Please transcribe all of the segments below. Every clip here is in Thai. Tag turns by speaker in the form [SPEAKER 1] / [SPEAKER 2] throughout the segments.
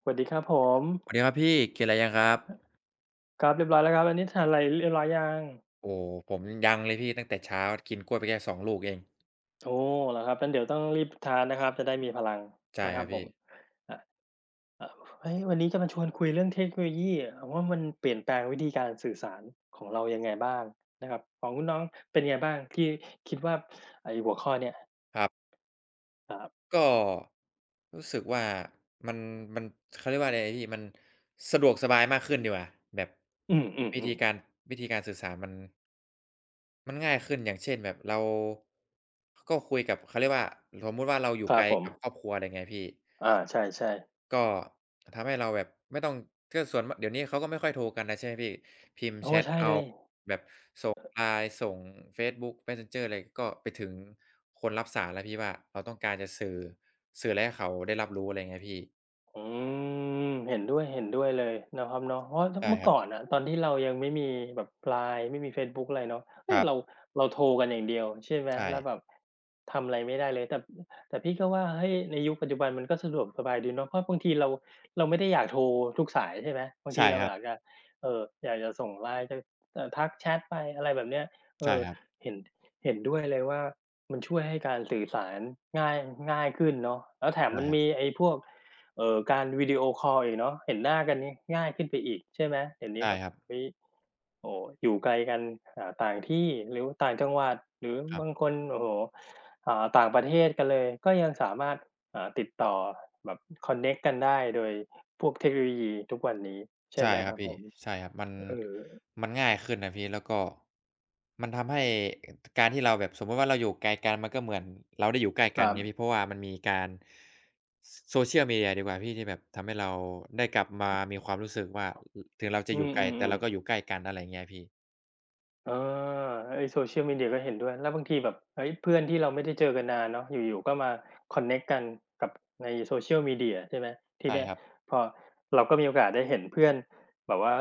[SPEAKER 1] สวัสดีครับผม
[SPEAKER 2] สวัสดีครับพี่กินอะไรยังครับ
[SPEAKER 1] ครับเรียบร้อยแล้วครับอันนี้ทานอะไรเรียบร้อยยัง
[SPEAKER 2] โอ้ผมยังเลยพี่ตั้งแต่เช้ากินกล้วยไปแค่สองลูกเอง
[SPEAKER 1] โอ้เหรอครับงั้นเดี๋ยวต้องรีบทานนะครับจะได้มีพลัง
[SPEAKER 2] ใช่
[SPEAKER 1] นะค
[SPEAKER 2] ค
[SPEAKER 1] รั
[SPEAKER 2] รั
[SPEAKER 1] บ
[SPEAKER 2] บ
[SPEAKER 1] ผ
[SPEAKER 2] พี่
[SPEAKER 1] มอะอะเฮ้ยวันนี้จะมาชวนคุยเรื่องเทคโนโลยีว่ามันเปลี่ยนแปลงวิธีการสื่อสารของเรายังไงบ้างนะครับของคุณน้องเป็นไงบ้างที่คิดว่าไอ้หัวข้อเนี่ย
[SPEAKER 2] ครับ
[SPEAKER 1] ครับ
[SPEAKER 2] ก็รู้สึกว่ามันมันเขาเรียกว่าอะไรพี่มันสะดวกสบายมากขึ้นดีกว่าแบบ
[SPEAKER 1] อืม
[SPEAKER 2] วิธี
[SPEAKER 1] ๆ
[SPEAKER 2] กา
[SPEAKER 1] ๆ
[SPEAKER 2] รวิธีการสื่อสารมันง่ายขึ้นอย่างเช่นแบบเราก็คุยกับเขาเรียกว่าสมมติว่าเราอยู่
[SPEAKER 1] ครั
[SPEAKER 2] ไก
[SPEAKER 1] บ
[SPEAKER 2] ล
[SPEAKER 1] ผม
[SPEAKER 2] กับครอบครัวอะไรเงี้ยพี่
[SPEAKER 1] อาใช่ๆ
[SPEAKER 2] ก็ทำให้เราแบบไม่ต้องก็ส่วนมเดี๋ยวนี้เขาก็ไม่ค่อยโทรกันแล้วใช่ไหมพี่พิมพ์
[SPEAKER 1] โอ้
[SPEAKER 2] แชต
[SPEAKER 1] ใช่
[SPEAKER 2] เอา
[SPEAKER 1] เลย
[SPEAKER 2] แบบส่ง LINE ส่งเฟซบุ๊ก Messenger อะไรก็ไปถึงคนรับสารแล้วพี่ว่าเราต้องการจะสื่ออะไรให้เขาได้รับรู้อะไรไงเงี้ยพี่
[SPEAKER 1] อืมเห็นด้วยเห็นด้วยเลยนะครับเนาะเพราะ
[SPEAKER 2] ใช่
[SPEAKER 1] เมื่อ
[SPEAKER 2] ครับ
[SPEAKER 1] ก่อนน่ะตอนที่เรายังไม่มีแบบ LINE ไม่มีเฟซบุ๊กอะไรเนาะ
[SPEAKER 2] ค
[SPEAKER 1] เฮ้ย
[SPEAKER 2] รั
[SPEAKER 1] เรา
[SPEAKER 2] บ
[SPEAKER 1] เราโทรกันอย่างเดียวใช่ไหม
[SPEAKER 2] ใช่
[SPEAKER 1] แล้วแบบทำอะไรไม่ได้เลยแต่พี่ก็ว่าเฮ้ยในยุคปัจจุบันมันก็สะดวกสบายดีเนาะเพราะบางทีเราไม่ได้อยากโทรทุกสายใช่ไหมบางที
[SPEAKER 2] ใช่
[SPEAKER 1] เรา
[SPEAKER 2] ครั
[SPEAKER 1] อ
[SPEAKER 2] บ
[SPEAKER 1] ยากจะอยากจะส่ง LINE จะทักแชตไปอะไรแบบเนี้ยเอ
[SPEAKER 2] ใช่
[SPEAKER 1] อ
[SPEAKER 2] ครับ
[SPEAKER 1] เห็นด้วยเลยว่ามันช่วยให้การสื่อสารง่ายง่ายขึ้นเนาะแล้วแถม
[SPEAKER 2] ใช่
[SPEAKER 1] มัน
[SPEAKER 2] ครั
[SPEAKER 1] มี
[SPEAKER 2] บ
[SPEAKER 1] ไอ้พวก การวิดีโอคอลอีกเนาะเห็นหน้ากันนี่ง่ายขึ้นไปอีกใช่ไหมเดี๋ยวนี้
[SPEAKER 2] ใช่
[SPEAKER 1] แบบ
[SPEAKER 2] ครับ
[SPEAKER 1] เฮ้ยโอ้โฮอยู่ไกลกันต่างที่หรือต่างจังหวัดหรือ
[SPEAKER 2] ครั
[SPEAKER 1] บางค
[SPEAKER 2] บ
[SPEAKER 1] นโอ้โฮต่างประเทศกันเลยก็ยังสามารถติดต่อแบบคอนเน็กต์กันได้โดยพวกเทคโนโลยีทุกวันนี้ใช่
[SPEAKER 2] ใช่
[SPEAKER 1] ไหม
[SPEAKER 2] ค
[SPEAKER 1] ค
[SPEAKER 2] รับ
[SPEAKER 1] รับผ
[SPEAKER 2] พี่
[SPEAKER 1] ม
[SPEAKER 2] ใช่ครับมัน
[SPEAKER 1] เออ
[SPEAKER 2] มันง่ายขึ้นนะพี่แล้วก็มันทำให้การที่เราแบบสมมุติว่าเราอยู่ไกลกันมันก็เหมือนเราได้อยู่ใกล้
[SPEAKER 1] ค
[SPEAKER 2] กัน
[SPEAKER 1] รั
[SPEAKER 2] เงงี้ยพี่
[SPEAKER 1] บ
[SPEAKER 2] เพราะว่ามันมีการส social media ดีกว่าพี่ที่แบบทำให้เราได้กลับมามีความรู้สึกว่าอถึงเราจะ
[SPEAKER 1] อื
[SPEAKER 2] อยู่ไกลแต่
[SPEAKER 1] ม
[SPEAKER 2] เราก็
[SPEAKER 1] ๆ
[SPEAKER 2] อ
[SPEAKER 1] ๆ
[SPEAKER 2] ยู่ใกล้กันอะไรเงี้ยพี่
[SPEAKER 1] เออไอ้ Social Media ก็เห็นด้วยแล้วบางทีแบบเฮ้ยเพื่อนที่เราไม่ได้เจอกันนานเนาะอยู่ๆก็มาคอนเน็กต์กันกับใน Social Media ใช่ไหมที
[SPEAKER 2] ใช่
[SPEAKER 1] เนี้ย
[SPEAKER 2] ครับ
[SPEAKER 1] พอเราก็มีโอกาสได้เห็นเพื่อนแบบว่า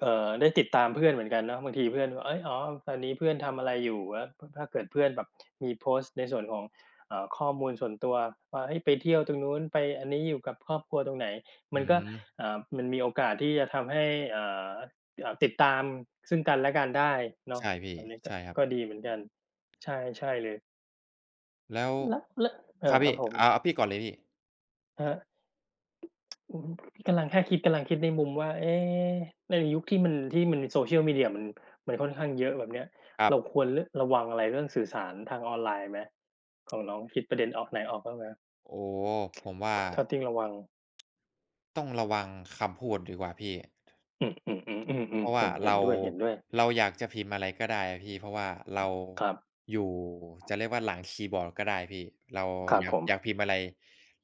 [SPEAKER 1] ได้ติดตามเพื่อนเหมือนกันเนาะบางทีเพื่อนว่าเฮ้ยอ๋อตอนนี้เพื่อนทำอะไรอยู่แล้วถ้าเกิดเพื่อนแบบมีโพสต์ในส่วนของข้อมูลส่วนตัวว่าเฮ้ยไปเที่ยวตรงนู้นไปอันนี้อยู่กับครอบครัวตรงไหนมัน
[SPEAKER 2] อื
[SPEAKER 1] ก็
[SPEAKER 2] ม
[SPEAKER 1] มันมีโอกาสที่จะทำให้อ่า ติดตามซึ่งกันและกันได้เนาะ
[SPEAKER 2] ใช่
[SPEAKER 1] แบ
[SPEAKER 2] พี่
[SPEAKER 1] บนี้ก็
[SPEAKER 2] ใช่ครับ
[SPEAKER 1] ดีเหมือนกันใช่ใช่เลย
[SPEAKER 2] แล้ว
[SPEAKER 1] แล้วแล้วเอ
[SPEAKER 2] ค
[SPEAKER 1] อ
[SPEAKER 2] รับ
[SPEAKER 1] ครั
[SPEAKER 2] พี่
[SPEAKER 1] บผม
[SPEAKER 2] เอาพี่ก่อนเลยพี่
[SPEAKER 1] ครับอือฮึกำลังแค่คิดกำลังคิดในมุมว่าเอ๊ะในยุคที่มัน Social Media มันค่อนข้างเยอะแบบเนี้ย
[SPEAKER 2] ครับ
[SPEAKER 1] เราควรระวังอะไรเรื่องสื่อสารทางออนไลน์ไหมของน้องคิดประเด็นออกไหนออกบ้างไหม
[SPEAKER 2] โอ้โฮผมว่า
[SPEAKER 1] ถ้าที่ระวัง
[SPEAKER 2] ต้องระวังคำพูดดีกว่าพี่
[SPEAKER 1] อือๆๆอื
[SPEAKER 2] เพ
[SPEAKER 1] ม
[SPEAKER 2] ราะ
[SPEAKER 1] ๆเห็
[SPEAKER 2] ว่า
[SPEAKER 1] น
[SPEAKER 2] เรา
[SPEAKER 1] ด้วยเห็นด้วย
[SPEAKER 2] เราอยากจะพิมพ์อะไรก็ได้อะพี่เพราะว่าเรา
[SPEAKER 1] ครับ
[SPEAKER 2] อยู่จะเรียกว่าหลังคีย์บอร์ดก็ได้พี่เรา
[SPEAKER 1] ครับ
[SPEAKER 2] อยา
[SPEAKER 1] ผ
[SPEAKER 2] ก
[SPEAKER 1] ม
[SPEAKER 2] อยากพิมพ์อะไร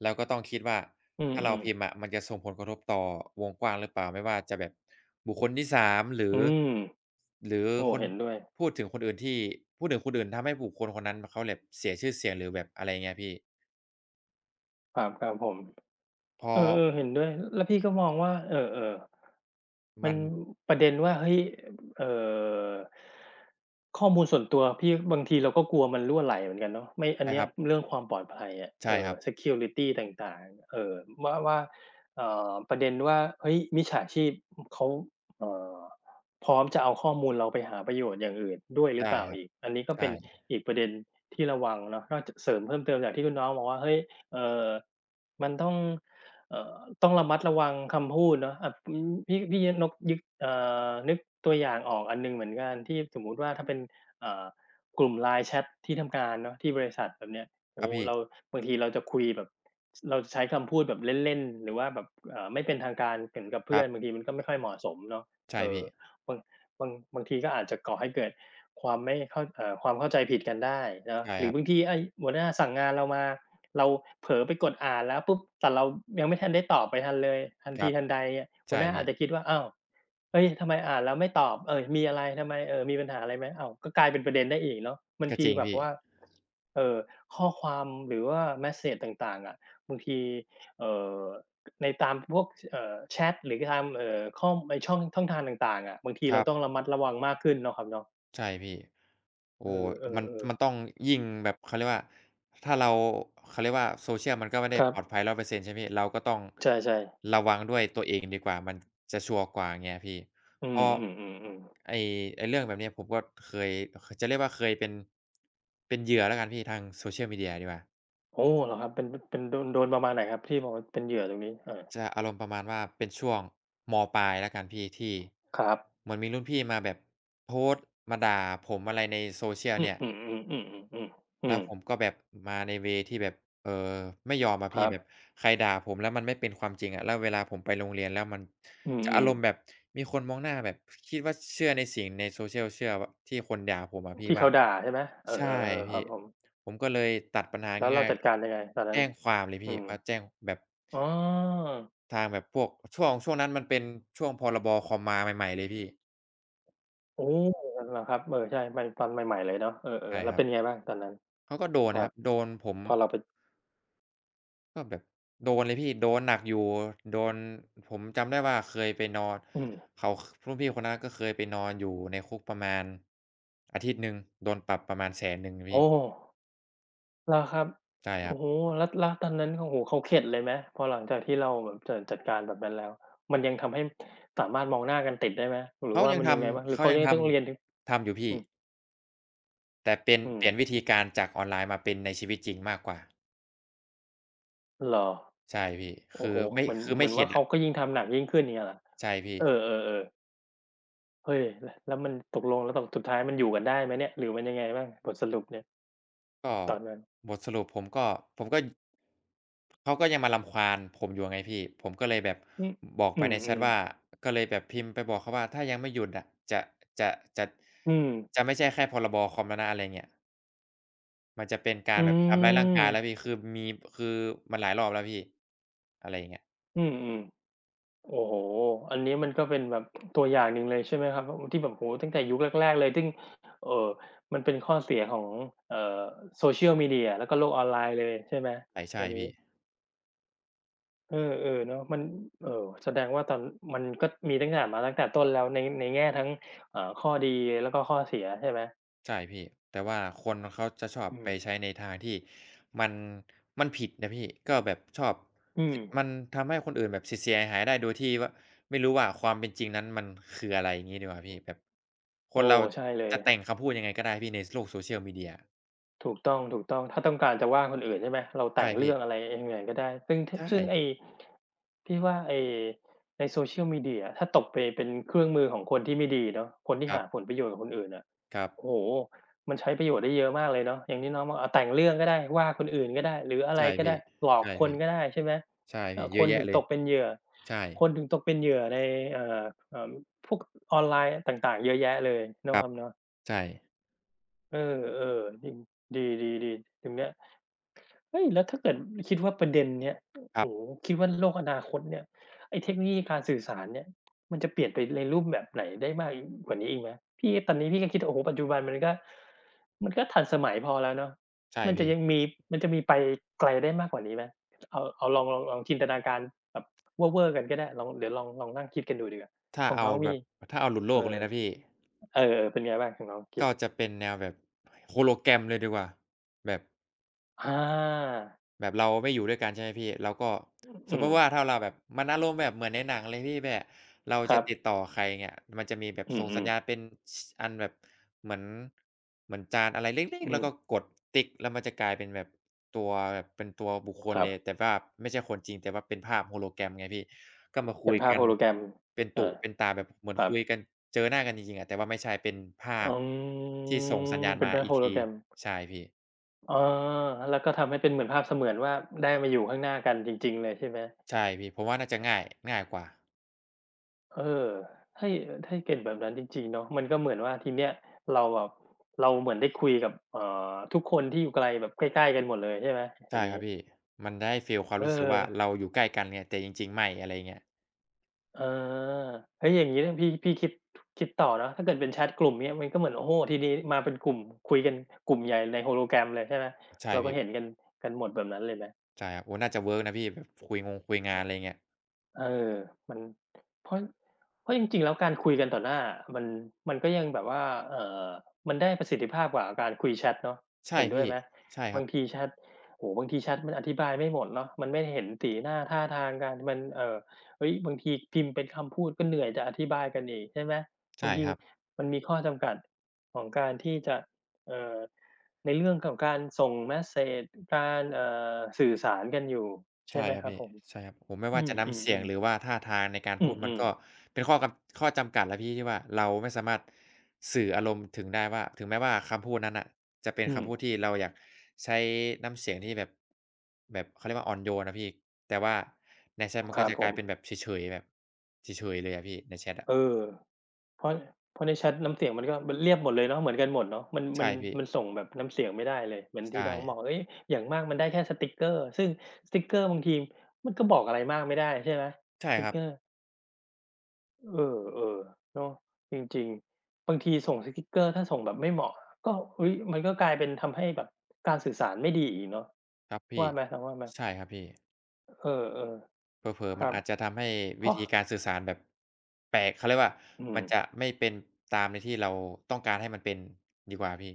[SPEAKER 2] เราก็ต้องคิดว่า
[SPEAKER 1] อื
[SPEAKER 2] ถ้าเราพิมพ์
[SPEAKER 1] ม
[SPEAKER 2] อะมันจะส่งผลกระทบต่อวงกว้างหรือเปล่าไม่ว่าจะแบบบุคคลที่สามหรื
[SPEAKER 1] ๆอื
[SPEAKER 2] อ
[SPEAKER 1] ม
[SPEAKER 2] หรือ
[SPEAKER 1] โอ้
[SPEAKER 2] คน
[SPEAKER 1] เห็นด้วย
[SPEAKER 2] พูดถึงคนอื่นที่พูดถึงคนอื่นทำให้บุคคลคนนั้นเขาแบบเสียชื่อเสียงหรือแบบอะไรเงี้ยพี่
[SPEAKER 1] ครับครับผม
[SPEAKER 2] พ
[SPEAKER 1] เอ
[SPEAKER 2] อ
[SPEAKER 1] อๆเห็นด้วยแล้วพี่ก็มองว่าเออๆมั
[SPEAKER 2] มั
[SPEAKER 1] น
[SPEAKER 2] น
[SPEAKER 1] ประเด็นว่าเฮ้ยเอ่อข้อมูลส่วนตัวพี่บางทีเราก็กลัวมันรั่วไหลเหมือนกันเนาะไม่อัน
[SPEAKER 2] ใช่
[SPEAKER 1] เนี้
[SPEAKER 2] ค
[SPEAKER 1] ย
[SPEAKER 2] รับ
[SPEAKER 1] เรื่องความปลอดภัยอะเอ
[SPEAKER 2] ใช่ค
[SPEAKER 1] อ
[SPEAKER 2] รับ
[SPEAKER 1] security ต่างๆว่าประเด็นว่าเฮ้ยมิจฉาชีพเขาเอ่อพร้อมจะเอาข้อมูลเราไปหาประโยชน์อย่างอื่นด้วยหรือเป
[SPEAKER 2] ได้
[SPEAKER 1] ล่า
[SPEAKER 2] ครับ
[SPEAKER 1] อีกอันนี้ก็เป็
[SPEAKER 2] ใช่
[SPEAKER 1] น
[SPEAKER 2] ค
[SPEAKER 1] อีกประเด็นที่ระวังเนาะนอกจากเสริมเพิ่มเติมจากที่คุณน้องบอกว่าเฮ้ยเอ่อมันต้อง เอ่อต้องระมัดระวังคำพูดเนาะอ่าอืมพี่นกยึกเอ่อนึกตัวอย่างออกอันหนึ่งเหมือนกันที่สมมุติว่าถ้าเป็นเอ่อกลุ่ม LINE แชตที่ทำงานเนาะที่บริษัทแบบเนี้ยโอ้
[SPEAKER 2] รับ
[SPEAKER 1] โฮ
[SPEAKER 2] พี่
[SPEAKER 1] เราบางทีเราจะคุยแบบเราจะใช้คำพูดแบบเล่นๆหรือว่าแบบไม่เป็นทางการเหมือนกับ
[SPEAKER 2] ค
[SPEAKER 1] เพื่
[SPEAKER 2] รั
[SPEAKER 1] อนบา
[SPEAKER 2] บ
[SPEAKER 1] งทีมันก็ไม่ค่อยเหมาะสมเนาะ
[SPEAKER 2] ใช่
[SPEAKER 1] เอ่อ
[SPEAKER 2] พี่
[SPEAKER 1] บางบางทีก็อาจจะก่อให้เกิดความไม่เข้าเอ่อความเข้าใจผิดกันได้เนาะ
[SPEAKER 2] ใช่
[SPEAKER 1] หรื
[SPEAKER 2] ค
[SPEAKER 1] อ
[SPEAKER 2] รับ
[SPEAKER 1] บางทีไอ้หัวหน้าสั่งงานเรามา เราเผลอไปกดอ่านแล้วปุ๊บแต่เรายังไม่ทันได้ตอบไปทันเลยทัน
[SPEAKER 2] ค
[SPEAKER 1] ที
[SPEAKER 2] รับ
[SPEAKER 1] ทันใดเนี่ยหัว
[SPEAKER 2] ใช่
[SPEAKER 1] หน้าอา
[SPEAKER 2] พี่
[SPEAKER 1] จจะคิดว่าอ้าวเฮ้ยทำไมอ่านแล้วไม่ตอบมีอะไรทำไมมีปัญหาอะไรไหมอ้าวก็กลายเป็นประเด็นได้อีกเนาะบาง
[SPEAKER 2] ก็
[SPEAKER 1] ที
[SPEAKER 2] จริง
[SPEAKER 1] แบบ
[SPEAKER 2] พี่
[SPEAKER 1] ว่าเอ่อข้อความหรือว่าเมสเสจต่างๆอะบางทีเอ่อในตามพวกแชตหรือตามข้อไอ้ช่องช่องทางต่างๆอะบางที
[SPEAKER 2] ค
[SPEAKER 1] เรา
[SPEAKER 2] รั
[SPEAKER 1] ต้อง
[SPEAKER 2] บ
[SPEAKER 1] ระมัดระวังมากขึ้นเนาะครับเนาะ
[SPEAKER 2] ใช่พี่โอ้
[SPEAKER 1] เ
[SPEAKER 2] มัน
[SPEAKER 1] ออ
[SPEAKER 2] ต้องยิ่งแบบเขาเรียกว่าถ้าเราเขาเรียกว่า Social มันก็ไม่
[SPEAKER 1] ๆๆค
[SPEAKER 2] ได้
[SPEAKER 1] รับ
[SPEAKER 2] ปลอดภัย100%ใช่ไหมพี่เราก็ต้อง
[SPEAKER 1] ใช่ๆ
[SPEAKER 2] ระวังด้วยตัวเองดีกว่ามันจะชัวร์กว่าองเงี้ยพี่
[SPEAKER 1] อื
[SPEAKER 2] เพราะ
[SPEAKER 1] มๆๆๆ
[SPEAKER 2] ไอ้ไอ้เรื่องแบบเนี้ยผมก็เคยจะเรียกว่าเคยเป็นเป็นเหยื่อแล้วกันพี่ทาง Social Media ดีกว่า
[SPEAKER 1] โอ้เหรอครับเป็นโดนประมาณไหนครับที่บอกว่าเป็นเหยื่อตรงนี้เออ
[SPEAKER 2] จะอารมณ์ประมาณว่าเป็นช่วงมปลายแล้วกันพี่ที่
[SPEAKER 1] ครับ
[SPEAKER 2] เหมือนมีรุ่นพี่มาแบบโพสต์มาด่าผมอะไรใน Social
[SPEAKER 1] อือ
[SPEAKER 2] เนี่ย
[SPEAKER 1] ๆๆๆๆๆอื
[SPEAKER 2] แล้ว
[SPEAKER 1] ม
[SPEAKER 2] ผมก็แบบมาในเวย์ที่แบบเอ่อไม่ยอมอะ
[SPEAKER 1] ค
[SPEAKER 2] พี่
[SPEAKER 1] รับ
[SPEAKER 2] แบบใครด่าผมแล้วมันไม่เป็นความจริงอะแล้วเวลาผมไปโรงเรียนแล้วมัน
[SPEAKER 1] อื
[SPEAKER 2] จะอารมณ์แบบ
[SPEAKER 1] ม
[SPEAKER 2] มีคนมองหน้าแบบคิดว่าเชื่อในสิ่งใน social เชื่อว่าที่คนด่าผมอะ
[SPEAKER 1] ๆ
[SPEAKER 2] พี่
[SPEAKER 1] ที่
[SPEAKER 2] ว่า
[SPEAKER 1] เขาด่าใช่ไหมเออ
[SPEAKER 2] ใช่
[SPEAKER 1] ๆๆค
[SPEAKER 2] พี่
[SPEAKER 1] รับผม
[SPEAKER 2] ผมก็เลยตัดปัญหา
[SPEAKER 1] แล้วเรา
[SPEAKER 2] ง่าย
[SPEAKER 1] จัดการยังไงตอน
[SPEAKER 2] ๆ
[SPEAKER 1] นั้น
[SPEAKER 2] แจ้งความเลยพี่
[SPEAKER 1] อืม
[SPEAKER 2] มาแจ้งแบบ
[SPEAKER 1] อ๋อ
[SPEAKER 2] ทางแบบพวกช่วงนั้นมันเป็นช่วงพรบคอมมาใหม่ๆเลยพี่
[SPEAKER 1] โอ้เหรอครับเออใช่ใม่ตอนใหม่ๆเลยเนาะเออ
[SPEAKER 2] ใช่
[SPEAKER 1] ๆแล้ว
[SPEAKER 2] ครั
[SPEAKER 1] เป็
[SPEAKER 2] บ
[SPEAKER 1] นไงบ้างตอนนั้น
[SPEAKER 2] เขาก็โดน
[SPEAKER 1] ครั
[SPEAKER 2] นะค
[SPEAKER 1] บ
[SPEAKER 2] รับโดนผม
[SPEAKER 1] พอเราไป
[SPEAKER 2] ก็แบบโดนเลยพี่โดนหนักอยู่โดนผมจำได้ว่าเคยไปนอน
[SPEAKER 1] อืม
[SPEAKER 2] เขารุ่นพี่คนนั้นก็เคยไปนอนอยู่ในคุกประมาณอาทิตย์หนึ่งโดนปรับประมาณแสนหนึ่ง
[SPEAKER 1] โอ้
[SPEAKER 2] พี่
[SPEAKER 1] เหรอครับ
[SPEAKER 2] ใช่ครั
[SPEAKER 1] โอ้
[SPEAKER 2] บ
[SPEAKER 1] โฮแล้วแล้วตอนนั้นโอ้โฮเขาเข็ดเลยไหมพอหลังจากที่เราแบบจัดการแบบนั้นแล้วมันยังทำให้สามารถมองหน้ากันติดได้ไหมหรือ
[SPEAKER 2] เขา
[SPEAKER 1] ว่า
[SPEAKER 2] ยัง
[SPEAKER 1] มัน
[SPEAKER 2] ท
[SPEAKER 1] ยังไงบ้างห
[SPEAKER 2] ำ
[SPEAKER 1] รือ
[SPEAKER 2] เขา
[SPEAKER 1] เขา
[SPEAKER 2] ยัง
[SPEAKER 1] ยัง
[SPEAKER 2] ท
[SPEAKER 1] ต้องเรียนถึง
[SPEAKER 2] ำทำอยู่พี่
[SPEAKER 1] อืม
[SPEAKER 2] แต่เป็น
[SPEAKER 1] อืม
[SPEAKER 2] เปลี่ยนวิธีการจากออนไลน์มาเป็นในชีวิตจริงมากกว่า
[SPEAKER 1] เหรอ
[SPEAKER 2] ใช่พี่
[SPEAKER 1] โอ้
[SPEAKER 2] คื
[SPEAKER 1] โฮ
[SPEAKER 2] อไม่
[SPEAKER 1] เหมือน
[SPEAKER 2] คือ
[SPEAKER 1] เหมื
[SPEAKER 2] ไม่
[SPEAKER 1] อน
[SPEAKER 2] เข็
[SPEAKER 1] ว่า
[SPEAKER 2] ด
[SPEAKER 1] เขา
[SPEAKER 2] อะ
[SPEAKER 1] ก็ยิ่งทำหนักยิ่งขึ้นอย่างเงี้ยเหรอ
[SPEAKER 2] ใช่พี่
[SPEAKER 1] เออๆๆเฮ้ยแล้วแล้วมันตกลงแล้วตกสุดท้ายมันอยู่กันได้ไหมเนี่ยหรือมันยังไงบ้างบทสรุปเนี่ย
[SPEAKER 2] ก็
[SPEAKER 1] ตอนนั้น
[SPEAKER 2] บทสรุปผมก็ผมก็เขาก็ยังมารำควานผมอยู่ไงพี่ผมก็เลยแบบ
[SPEAKER 1] อืม
[SPEAKER 2] บอก
[SPEAKER 1] อื
[SPEAKER 2] ไปในแชต
[SPEAKER 1] ม
[SPEAKER 2] ว่า
[SPEAKER 1] ๆ
[SPEAKER 2] ก็เลยแบบพิมพ์ไปบอกเขาว่าถ้ายังไม่หยุดอะจะจะจะ
[SPEAKER 1] อืม
[SPEAKER 2] จะไม่ใช่แค่พรบคอมแล้วนะอะไรเงี้ยมันจะเป็นการ
[SPEAKER 1] อื
[SPEAKER 2] แบบทำร้ายร่างกายแล้วพี่คือมีคือมันหลายรอบแล้วพี่อะไรอย่างเงี้ย
[SPEAKER 1] มอืม โอ้โฮอันนี้มันก็เป็นแบบตัวอย่างหนึ่งเลยใช่ไหมครับอือที่แบบโอ้โฮตั้งแต่ยุคแรกๆเลยซึ่งเอ่อมันเป็นข้อเสียของเอ่อ Social Media แล้วก็โลกออนไลน์เลยใช่ไหม
[SPEAKER 2] ใช่ใช่
[SPEAKER 1] อันนี้
[SPEAKER 2] พี่
[SPEAKER 1] เออๆเนาะมันเอ่อแสดงว่าตอนมันก็มีตั้งแต่มาตั้งแต่ต้นแล้วในในแง่ทั้งเอ่อข้อดีแล้วก็ข้อเสียใช่ไหม
[SPEAKER 2] ใช่พี่แต่ว่าคนเขาจะชอบ
[SPEAKER 1] อื
[SPEAKER 2] ไป
[SPEAKER 1] ม
[SPEAKER 2] ใช้ในทางที่มันมันผิดนะพี่ก็แบบชอบ
[SPEAKER 1] อื
[SPEAKER 2] ส
[SPEAKER 1] ม
[SPEAKER 2] มันทำให้คนอื่นแบบเสียๆหายๆได้โดยที่ว่าไม่รู้ว่าความเป็นจริงนั้นมันคืออะไรอย่างงี้ดีกว่าพี่แบบคน
[SPEAKER 1] โอ้
[SPEAKER 2] เรา
[SPEAKER 1] ใช่เลย
[SPEAKER 2] จะแต่งคำพูดยังไงก็ได้พี่ในโลก social media
[SPEAKER 1] ถูกต้องถูกต้องถ้าต้องการจะว่าคนอื่นใช่ไหมเราแต่
[SPEAKER 2] ใช่
[SPEAKER 1] งเรื่
[SPEAKER 2] พี่
[SPEAKER 1] องอะไรเองเลยก็ได้ซึ่งท
[SPEAKER 2] ใช่
[SPEAKER 1] ซึ่งไอ้พี่ว่าไอ้ใน social media ถ้าตกไปเป็นเครื่องมือของคนที่ไม่ดีเนาะคนที่
[SPEAKER 2] ครั
[SPEAKER 1] หาผ
[SPEAKER 2] บ
[SPEAKER 1] ลประโยชน์กับคนอื่นอะ
[SPEAKER 2] ครับ
[SPEAKER 1] โอ้โฮมันใช้ประโยชน์ได้เยอะมากเลยเนาะอย่างที่น้องบอกอาแต่งเรื่องก็ได้ว่าคนอื่นก็ได้หรืออะไร
[SPEAKER 2] ใช่
[SPEAKER 1] ก็ได้
[SPEAKER 2] พี่
[SPEAKER 1] หลอก
[SPEAKER 2] ใช่
[SPEAKER 1] คน
[SPEAKER 2] พี่
[SPEAKER 1] ก็ได้ใช่ไหม
[SPEAKER 2] ใช่พี่เย
[SPEAKER 1] ค
[SPEAKER 2] อะ
[SPEAKER 1] น
[SPEAKER 2] แยะ
[SPEAKER 1] ถึง
[SPEAKER 2] เล
[SPEAKER 1] ต
[SPEAKER 2] ย
[SPEAKER 1] กเป็นเหยื่อ
[SPEAKER 2] ใช่
[SPEAKER 1] คนถึงตกเป็นเหยื่อในเอ่อเอ่อพวกออนไลน์ต่างๆเยอะแยะเลย
[SPEAKER 2] ค
[SPEAKER 1] เนาะ
[SPEAKER 2] รั
[SPEAKER 1] ค
[SPEAKER 2] บ
[SPEAKER 1] รับเนาะ
[SPEAKER 2] ใช่
[SPEAKER 1] เออๆจริงดีๆๆตรงเนี้ย เฮ้ยแล้วถ้าเกิดคิดว่าประเด็นเนี้ย
[SPEAKER 2] ครั
[SPEAKER 1] โอ้
[SPEAKER 2] บ
[SPEAKER 1] โฮคิดว่าโลกอนาคตเนี่ยไอ้เทคโนโลยีการสื่อสารเนี่ยมันจะเปลี่ยนไปในรูปแบบไหนได้มากกว่านี้อีกไหมพี่ตอนนี้พี่ก็คิดโอ้โฮปัจจุบันมันก็มันก็ทันสมัยพอแล้วเนาะ
[SPEAKER 2] ใช่
[SPEAKER 1] มันจะยัง
[SPEAKER 2] พี่
[SPEAKER 1] มีมันจะมีไปไกลได้มากกว่านี้ไหมเอาเอาลองลองลองจินตนาการแบบเว่อร์ๆกันก็ได้ลองเดี๋ยวลองลองนั่งคิดกันดูดีกว่า
[SPEAKER 2] ถ้า
[SPEAKER 1] ของน้
[SPEAKER 2] เอา
[SPEAKER 1] อง
[SPEAKER 2] แบ
[SPEAKER 1] มี
[SPEAKER 2] บถ้าเอาหลุดโล
[SPEAKER 1] เอ
[SPEAKER 2] ก
[SPEAKER 1] อ
[SPEAKER 2] เลยนะพี่
[SPEAKER 1] เออๆเป็นไงบ้างของน้องคิด
[SPEAKER 2] ก็จะเป็นแนวแบบโฮโลแกรมเลยดีกว่าแบบ
[SPEAKER 1] อา
[SPEAKER 2] แบบเราไม่อยู่ด้วยกันใช่ไหมพี่เราก็สม
[SPEAKER 1] อื
[SPEAKER 2] มติว่า
[SPEAKER 1] ม
[SPEAKER 2] ถ้าเราแบบมันอารมณ์แบบเหมือนในหนังเลยพี่แบบเรา
[SPEAKER 1] ค
[SPEAKER 2] จะ
[SPEAKER 1] รับ
[SPEAKER 2] ติดต่อใครเนี่ยมันจะมีแบบ
[SPEAKER 1] อื
[SPEAKER 2] ส่งสั
[SPEAKER 1] ม
[SPEAKER 2] ญญาณเป็นชอันแบบเหมือนเหมือนจานอะไรเล็
[SPEAKER 1] ๆ
[SPEAKER 2] กๆ
[SPEAKER 1] อื
[SPEAKER 2] แล้ว
[SPEAKER 1] ม
[SPEAKER 2] ก็กดติ๊กแล้วมันจะกลายเป็นแบบตัวแบบเป็นตัวบุคคล
[SPEAKER 1] ครั
[SPEAKER 2] เล
[SPEAKER 1] บ
[SPEAKER 2] ยแต่ว่าไม่ใช่คนจริงแต่ว่าเป็นภาพ hologram ไงพี่ก็มาคุ
[SPEAKER 1] เป็น
[SPEAKER 2] ย
[SPEAKER 1] ภาพ
[SPEAKER 2] กัน
[SPEAKER 1] hologram
[SPEAKER 2] เป็นตุ
[SPEAKER 1] อา
[SPEAKER 2] เป็นตาแบบเหมือน
[SPEAKER 1] ครับ
[SPEAKER 2] คุยกันเจอหน้ากันจริงๆอะแต่ว่าไม่ใช่เป็นภา
[SPEAKER 1] อ
[SPEAKER 2] พ
[SPEAKER 1] ื
[SPEAKER 2] ที่ส่งสัญ
[SPEAKER 1] ม
[SPEAKER 2] ญาณ
[SPEAKER 1] เป็น
[SPEAKER 2] มา
[SPEAKER 1] ภาพ
[SPEAKER 2] อีกที
[SPEAKER 1] hologram
[SPEAKER 2] ใช่พี่
[SPEAKER 1] อ๋อแล้วก็ทำให้เป็นเหมือนภาพเสมือนว่าได้มาอยู่ข้างหน้ากันจริงๆเลยใช่ไหม
[SPEAKER 2] ใช่พี่ผมว่าน่าจะง่ายง่ายกว่า
[SPEAKER 1] เออถ้าถ้าเป็นแบบนั้นจริงๆเนาะมันก็เหมือนว่าทีเนี้ยเราแบบเราเหมือนได้คุยกับทุกคนที่อยู่ไกลแบบใกล้ๆกันหมดเลยใช่ไหมอย่า
[SPEAKER 2] ใช่
[SPEAKER 1] ง
[SPEAKER 2] ค
[SPEAKER 1] งี้
[SPEAKER 2] รับพี่ มันได้ฟีลความ
[SPEAKER 1] เออ
[SPEAKER 2] รู้สึกว่าเราอยู่ใกล้กันเนี่ยแต่จริงๆ ไม่อะไรอย่างเงี้ย
[SPEAKER 1] อาเฮ้ยอย่างงี้เนี่ยพี่พี่คิดคิดต่อเนาะถ้าเกิดเป็นแชตกลุ่มเงี้ยมันก็เหมือนโอ้โฮทีนี้มาเป็นกลุ่มคุยกันกลุ่มใหญ่ใน hologram เลยใช่ไหม
[SPEAKER 2] ใช่
[SPEAKER 1] เราก็
[SPEAKER 2] พี่
[SPEAKER 1] เห็นกันกันหมดแบบนั้นเลยไหม
[SPEAKER 2] ใช่ครับโอ้น่าจะเวิร์กนะพี่แบบคุยงงคุยงานอะไรเงี้ย
[SPEAKER 1] เออมันเพราะเพราะจริงๆแล้วการคุยกันต่อหน้ามันมันก็ยังแบบว่าเอ่อมันได้ประสิทธิภาพกว่าการคุยแชตเนาะ
[SPEAKER 2] ใช่
[SPEAKER 1] เห็นด้วย
[SPEAKER 2] พี่
[SPEAKER 1] ไหม
[SPEAKER 2] ใช่ค
[SPEAKER 1] บา
[SPEAKER 2] รั
[SPEAKER 1] ง
[SPEAKER 2] บ
[SPEAKER 1] ทีแชตโอ้โฮบางทีแชตมันอธิบายไม่หมดเนาะมันไม่เห็นสีหน้าท่าทางกันมันเฮ้ยบางทีพิมพ์เป็นคำพูดก็เหนื่อยจะอธิบายกันอีกใช่ไหมบา
[SPEAKER 2] ใช่
[SPEAKER 1] งที
[SPEAKER 2] ครับ
[SPEAKER 1] มันมีข้อจำกัดของการที่จะเอ่อในเรื่องของการส่งเมสเสจการสื่อสารกันอยู่ใช่
[SPEAKER 2] ใช่
[SPEAKER 1] ไหม
[SPEAKER 2] ครั
[SPEAKER 1] ค
[SPEAKER 2] บ
[SPEAKER 1] รับ
[SPEAKER 2] พี่
[SPEAKER 1] ผม
[SPEAKER 2] ใช่ครับผมไม่ว่าจะ
[SPEAKER 1] อื
[SPEAKER 2] น้ำเสียง
[SPEAKER 1] มๆ
[SPEAKER 2] หรื
[SPEAKER 1] ๆ
[SPEAKER 2] อว่าท่าทางในการ
[SPEAKER 1] อื
[SPEAKER 2] พู
[SPEAKER 1] ม
[SPEAKER 2] ด
[SPEAKER 1] อื
[SPEAKER 2] มัน
[SPEAKER 1] ม
[SPEAKER 2] ก็เป็นข้อกำข้อจำกัดแล้วพี่ที่ว่าเราไม่สามารถสื่ออารมณ์ถึงได้ว่าถึงแม้ว่าคำพูดนั้นน่ะจะเป็น
[SPEAKER 1] อืม
[SPEAKER 2] คำพูดที่เราอยากใช้น้ำเสียงที่แบบแบบเขาเรียกว่าอ่อนโยนนะพี่แต่ว่าในแชตมั
[SPEAKER 1] ค
[SPEAKER 2] นก็
[SPEAKER 1] รับ
[SPEAKER 2] จะ
[SPEAKER 1] ผ
[SPEAKER 2] กลา
[SPEAKER 1] ม
[SPEAKER 2] ยเป็นแบบเฉยๆแบบเฉยๆเลยอะพี่ในแชตอะ
[SPEAKER 1] เออเพราะเพราะในแชตน้ำเสียงมันก็มันเรียบหมดเลยเนาะเหมือนกันหมดเนาะมันมั
[SPEAKER 2] ใช่
[SPEAKER 1] น
[SPEAKER 2] พี่
[SPEAKER 1] มันส่งแบบน้ำเสียงไม่ได้เลยเหมือนที่
[SPEAKER 2] ใช่
[SPEAKER 1] น้องบอกเฮ้ยอย่างมากมันได้แค่สติกเกอร์ซึ่งสติกเกอร์บางทีมันก็บอกอะไรมากไม่ได้ใช่ไหมส
[SPEAKER 2] ใช่
[SPEAKER 1] ติ
[SPEAKER 2] ค
[SPEAKER 1] ก
[SPEAKER 2] รับ
[SPEAKER 1] เกอร์เออเออเนาะจริงๆบางทีส่งสติกเกอร์ถ้าส่งแบบไม่เหมาะก็อุ้ยมันก็กลายเป็นทำให้แบบการสื่อสารไม่ดีอีกเนาะ
[SPEAKER 2] ครับพี่
[SPEAKER 1] ว่าไหมน้องว่าไหม
[SPEAKER 2] ใช่ครับพี่
[SPEAKER 1] เออ
[SPEAKER 2] เผลอ
[SPEAKER 1] ๆค
[SPEAKER 2] ๆมัน
[SPEAKER 1] รับ
[SPEAKER 2] อาจจะทำให้
[SPEAKER 1] เพ
[SPEAKER 2] วิ
[SPEAKER 1] ราะ
[SPEAKER 2] ธีการสื่อสารแบบแปลกเขาเรียกว่า
[SPEAKER 1] อืม
[SPEAKER 2] มันจะไม่เป็นตามในที่เราต้องการให้มันเป็นดีกว่าพี่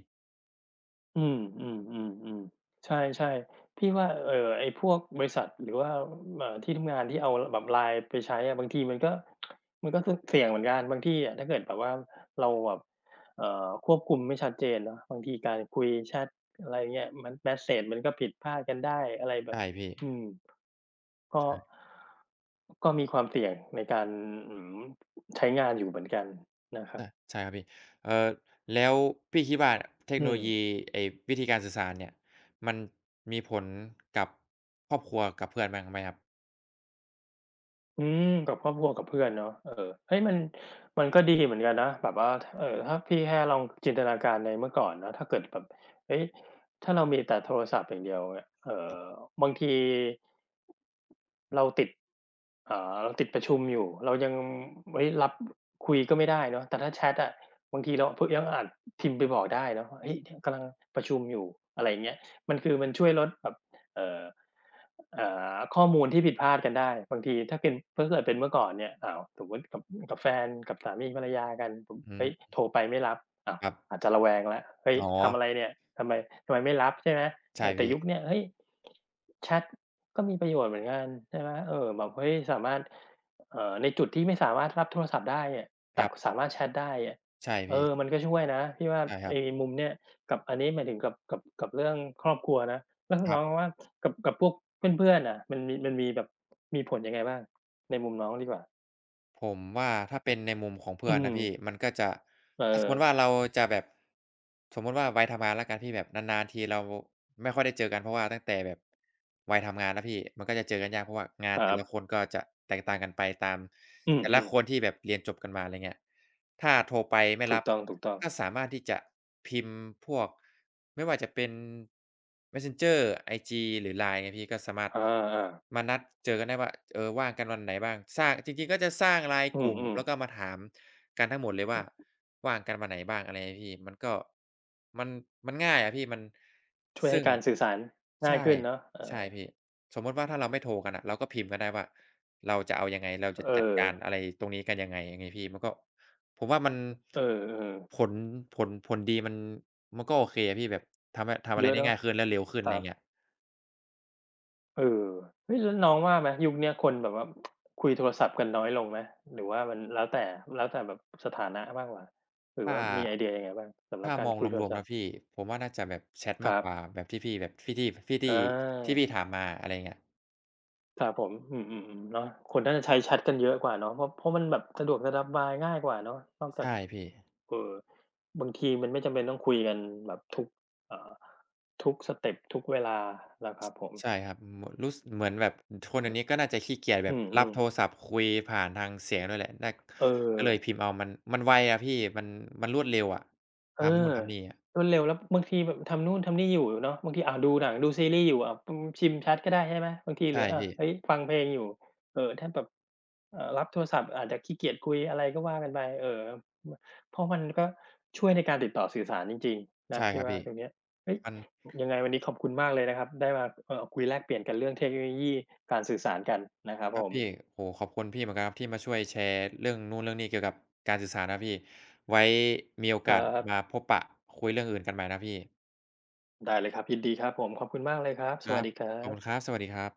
[SPEAKER 1] อืมอืมอืมอืมใช่ๆพี่ว่าไอ้พวกบริษัทหรือว่าที่ทำงานที่เอาแบบ LINE ไปใช้อะบางทีมันก็สเสี่ยงเหมือนกันบางที่อะถ้าเกิดแบบว่าเราแบบควบคุมไม่ชัดเจนเนาะบางทีการคุยแชตอะไรเงี้ยมันเมสเสจมันก็ผิดพลาดกันได้อะไรแบบ
[SPEAKER 2] ใช่พี่
[SPEAKER 1] อืมก็
[SPEAKER 2] ใช่
[SPEAKER 1] มีความเสี่ยงในการอื้อฮือใช้งานอยู่เหมือนกันนะครับ
[SPEAKER 2] ใช่ใช่ครับพี่เอ่อแล้วพี่คิดว่าเทค
[SPEAKER 1] อื
[SPEAKER 2] โนโล
[SPEAKER 1] ม
[SPEAKER 2] ยีไอ้วิธีการสื่อสารเนี่ยมันมีผลกับครอบครัวกับเพื่อนบ้างไหมครับ
[SPEAKER 1] อืมกับครอบครัวกับเพื่อนเนาะเออเฮ้ยมันก็ดีเหมือนกันนะแบบว่าถ้าพี่แค่ลองจินตนาการในเมื่อก่อนเนาะถ้าเกิดแบบเฮ้ยถ้าเรามีแต่โทรศัพท์อย่างเดียวเนี่ยบางที เราติดเราติดประชุมอยู่เรายังเฮ้ยรับคุยก็ไม่ได้เนาะแต่ถ้าแชตอะบางทีเราเพิ่งยังอาจพิมพ์ไปบอกได้เนาะว่าเฮ้ยเนี่ยกำลังประชุมอยู่อะไรอย่างเงี้ยมันคือมันช่วยลดแบบเอ่อเอ่ข้อมูลที่ผิดพลาดกันได้ บางทีถ้าเป็นถ้าเกิดเป็นเมื่อก่อนเนี่ยอ้าวสมมุติกับกับแฟนกับสามีภรรยากันผม
[SPEAKER 2] อืม
[SPEAKER 1] เฮ้ยโทรไปไม่รับอ้าว
[SPEAKER 2] ครับ
[SPEAKER 1] อาจจะระแวงแล้วเฮ้ย
[SPEAKER 2] อ๋อ
[SPEAKER 1] ทำอะไรเนี่ยทำไมทำไมไม่รับใช่ไหมเอ
[SPEAKER 2] ใช่
[SPEAKER 1] อแต่
[SPEAKER 2] พี่
[SPEAKER 1] ยุคเนี้ยเฮ้ยแชต ก็มีประโยชน์เหมือนกันใช่ไหมเออแบบเฮ้ยสามารถในจุดที่ไม่สามารถรับโทรศัพท์ได้อะ
[SPEAKER 2] ค
[SPEAKER 1] แต่
[SPEAKER 2] รับ
[SPEAKER 1] สามารถแชตได้อะ
[SPEAKER 2] ใช่
[SPEAKER 1] เอ
[SPEAKER 2] พี่
[SPEAKER 1] อมันก็ช่วยนะพี่ว่า
[SPEAKER 2] ใช่ครับ
[SPEAKER 1] ไอ้มุมเนี้ยกับอันนี้หมายถึงกับกับเรื่องครอบครัวนะแล้วขอ
[SPEAKER 2] ค
[SPEAKER 1] งน้
[SPEAKER 2] รับ
[SPEAKER 1] องว่ากับพวกเพื่อนๆน่ะมันมีแบบมีผลยังไงบ้างในมุมน้องดีกว่า
[SPEAKER 2] ผมว่าถ้าเป็นในมุมของเพื่
[SPEAKER 1] อื
[SPEAKER 2] อนนะพี่
[SPEAKER 1] ม
[SPEAKER 2] มันก็จะ
[SPEAKER 1] เออ
[SPEAKER 2] ถ้าสมมติว่าเราจะแบบสมมติว่าวัยทำงานแล้วกันพี่แบบนานๆทีเราไม่ค่อยได้เจอกันเพราะว่าตั้งแต่แบบวัยทำงานนะพี่มันก็จะเจอกันยากเพราะว่างาน
[SPEAKER 1] ครั
[SPEAKER 2] แต่ละค
[SPEAKER 1] บ
[SPEAKER 2] นก็จะแตกต่างกันไปตาม
[SPEAKER 1] อืม
[SPEAKER 2] แต่ละคนที่แบบเรียนจบกันมาอะไรเงี้ยถ้าโทรไป
[SPEAKER 1] ๆ
[SPEAKER 2] ไม่
[SPEAKER 1] ถู
[SPEAKER 2] รั
[SPEAKER 1] ก
[SPEAKER 2] บ
[SPEAKER 1] ต้อง
[SPEAKER 2] ก็สามารถที่จะพิมพ์พวกไม่ว่าจะเป็น Messenger ไอจีหรือ LINE ไงพี่ก็สามารถ
[SPEAKER 1] ๆอาๆ
[SPEAKER 2] มานัดเจอกันได้ว่าเออว่างกันวันไหนบ้างสร้างจริงๆก็จะสร้าง LINE
[SPEAKER 1] อื
[SPEAKER 2] กลุ่ม
[SPEAKER 1] ม
[SPEAKER 2] แล้วก็มาถามกันทั้งหมดเลยว่าว่างกันวันไหนบ้างอะไรอะพี่มันก็มันง่ายอะพี่มัน
[SPEAKER 1] ๆช่วยให้
[SPEAKER 2] ซึ่ง
[SPEAKER 1] การสื่อสารง่าย
[SPEAKER 2] ใช่
[SPEAKER 1] ขึ้นเนาะเอ
[SPEAKER 2] ใช่
[SPEAKER 1] อ
[SPEAKER 2] พี่สมมุติว่าถ้าเราไม่โทรกันน่ะเราก็พิมพ์กันได้ว่าเราจะเอายังไงเราจะ
[SPEAKER 1] เอ
[SPEAKER 2] จัด
[SPEAKER 1] อ
[SPEAKER 2] การอะไรตรงนี้กันยังไงอย่างงี้พี่มันก็ผมว่ามัน
[SPEAKER 1] เออ
[SPEAKER 2] ผลผลดีมันมันก็โอเคอะพี่แบบทำ
[SPEAKER 1] ๆ
[SPEAKER 2] อะ
[SPEAKER 1] เย
[SPEAKER 2] ไร
[SPEAKER 1] อะ
[SPEAKER 2] ได้
[SPEAKER 1] เนาะ
[SPEAKER 2] ง่ายขึ้นและเร็วขึ้น
[SPEAKER 1] ค
[SPEAKER 2] อะไร
[SPEAKER 1] รับ
[SPEAKER 2] เงี้ย
[SPEAKER 1] เออเฮ้ยแล้วน้องว่าไหมยุคเนี้ยคนแบบว่าคุยโทรศัพท์กันน้อยลงไหมหรือว่ามันแล้วแต่แล้วแต่แบบสถานะมากกว่าหรือ
[SPEAKER 2] ถ้า
[SPEAKER 1] ว่ามีไอเดียยังไงบ้างสำหรับ
[SPEAKER 2] ถ้า
[SPEAKER 1] กา
[SPEAKER 2] ม
[SPEAKER 1] ร
[SPEAKER 2] อง
[SPEAKER 1] คุยโท
[SPEAKER 2] ร
[SPEAKER 1] ร
[SPEAKER 2] วม
[SPEAKER 1] ศั
[SPEAKER 2] ๆ
[SPEAKER 1] พ
[SPEAKER 2] นะ
[SPEAKER 1] ท์
[SPEAKER 2] พี่ผมว่าน่าจะแบบแชต
[SPEAKER 1] ค
[SPEAKER 2] มาก
[SPEAKER 1] รั
[SPEAKER 2] กว่า
[SPEAKER 1] บ
[SPEAKER 2] แบบที่พี่แบบที่ที่ที่
[SPEAKER 1] อ
[SPEAKER 2] ที่ที่
[SPEAKER 1] า
[SPEAKER 2] พี่ถามมาอะไรอย่างเงี้ย
[SPEAKER 1] ครับผมอืมๆๆเนาะคนน่าจะใช้แชตกันเยอะกว่าเนาะเพราะมันแบบสะดวกสบายง่ายกว่าเนาะนอกจาก
[SPEAKER 2] ใช่พี่
[SPEAKER 1] เอ่อบางทีมันไม่จำเป็นต้องคุยกันแบบทุกเอ่อทุกสเต็ปทุกเวลานะครับผม
[SPEAKER 2] ใช่ครับเหมือนเหมือนแบบคนเดี๋ยวนี้ก็น่าจะขี้เกียจแบ
[SPEAKER 1] อื
[SPEAKER 2] บรับโทร
[SPEAKER 1] ม
[SPEAKER 2] ศัพท์คุยผ่านทางเสียงด้วยแหละน่า
[SPEAKER 1] ๆเออ
[SPEAKER 2] ก็เลยพิมพ์เอามันไวอะพี่มันรวดเร็วอะ
[SPEAKER 1] เอ
[SPEAKER 2] ทำนู่
[SPEAKER 1] อ
[SPEAKER 2] นทำนี่อะ
[SPEAKER 1] รวดเร็วแล้วบางทีแบบทำนู่นทำนี่อยู่เนาะบางทีอ่าดูหนังดูซีรีส์อยู่อ่าอืมพิมพ์แชตก็ได้ใช่ไหมบางทีหรื
[SPEAKER 2] ใช่
[SPEAKER 1] ออ่า
[SPEAKER 2] พี่
[SPEAKER 1] เฮ้ยฟังเพลงอยู่ถ้าแบบรับโทรศัพท์อาจจะขี้เกียจคุยอะไรก็ว่ากันไปเอ่อมเพราะมันก็ช่วยในการติดต่อสื่อสารจริงๆนะ
[SPEAKER 2] ใช่ค
[SPEAKER 1] พี่
[SPEAKER 2] รับ
[SPEAKER 1] ว่า
[SPEAKER 2] พี่
[SPEAKER 1] ตรงเนี้ยเฮ้ย
[SPEAKER 2] มัน
[SPEAKER 1] ยังไงวันนี้ขอบคุณมากเลยนะครับได้มาคุยแลกเปลี่ยนกันเรื่องเทคโนโลยีการสื่อสารกันนะครับ
[SPEAKER 2] ค
[SPEAKER 1] ผ
[SPEAKER 2] รับ
[SPEAKER 1] ม
[SPEAKER 2] พี่โอ้โฮขอบคุณพี่เหมือนกันครับที่มาช่วยแชร์เรื่องนู้นเรื่องนี้เกี่ยวกับการสื่อสารนะพี่ ไว้มีโอ
[SPEAKER 1] ค
[SPEAKER 2] กา
[SPEAKER 1] รั
[SPEAKER 2] ส
[SPEAKER 1] บ
[SPEAKER 2] มาพบปะคุยเรื่องอื่นกันใหม่นะพี่
[SPEAKER 1] ได้เลยครับยินดีครับผมขอบคุณมากเลยครับส
[SPEAKER 2] ค
[SPEAKER 1] วั
[SPEAKER 2] รั
[SPEAKER 1] ส
[SPEAKER 2] บ
[SPEAKER 1] ดีครั
[SPEAKER 2] ขอบคุณค
[SPEAKER 1] บ
[SPEAKER 2] รับ สวัสดีครับ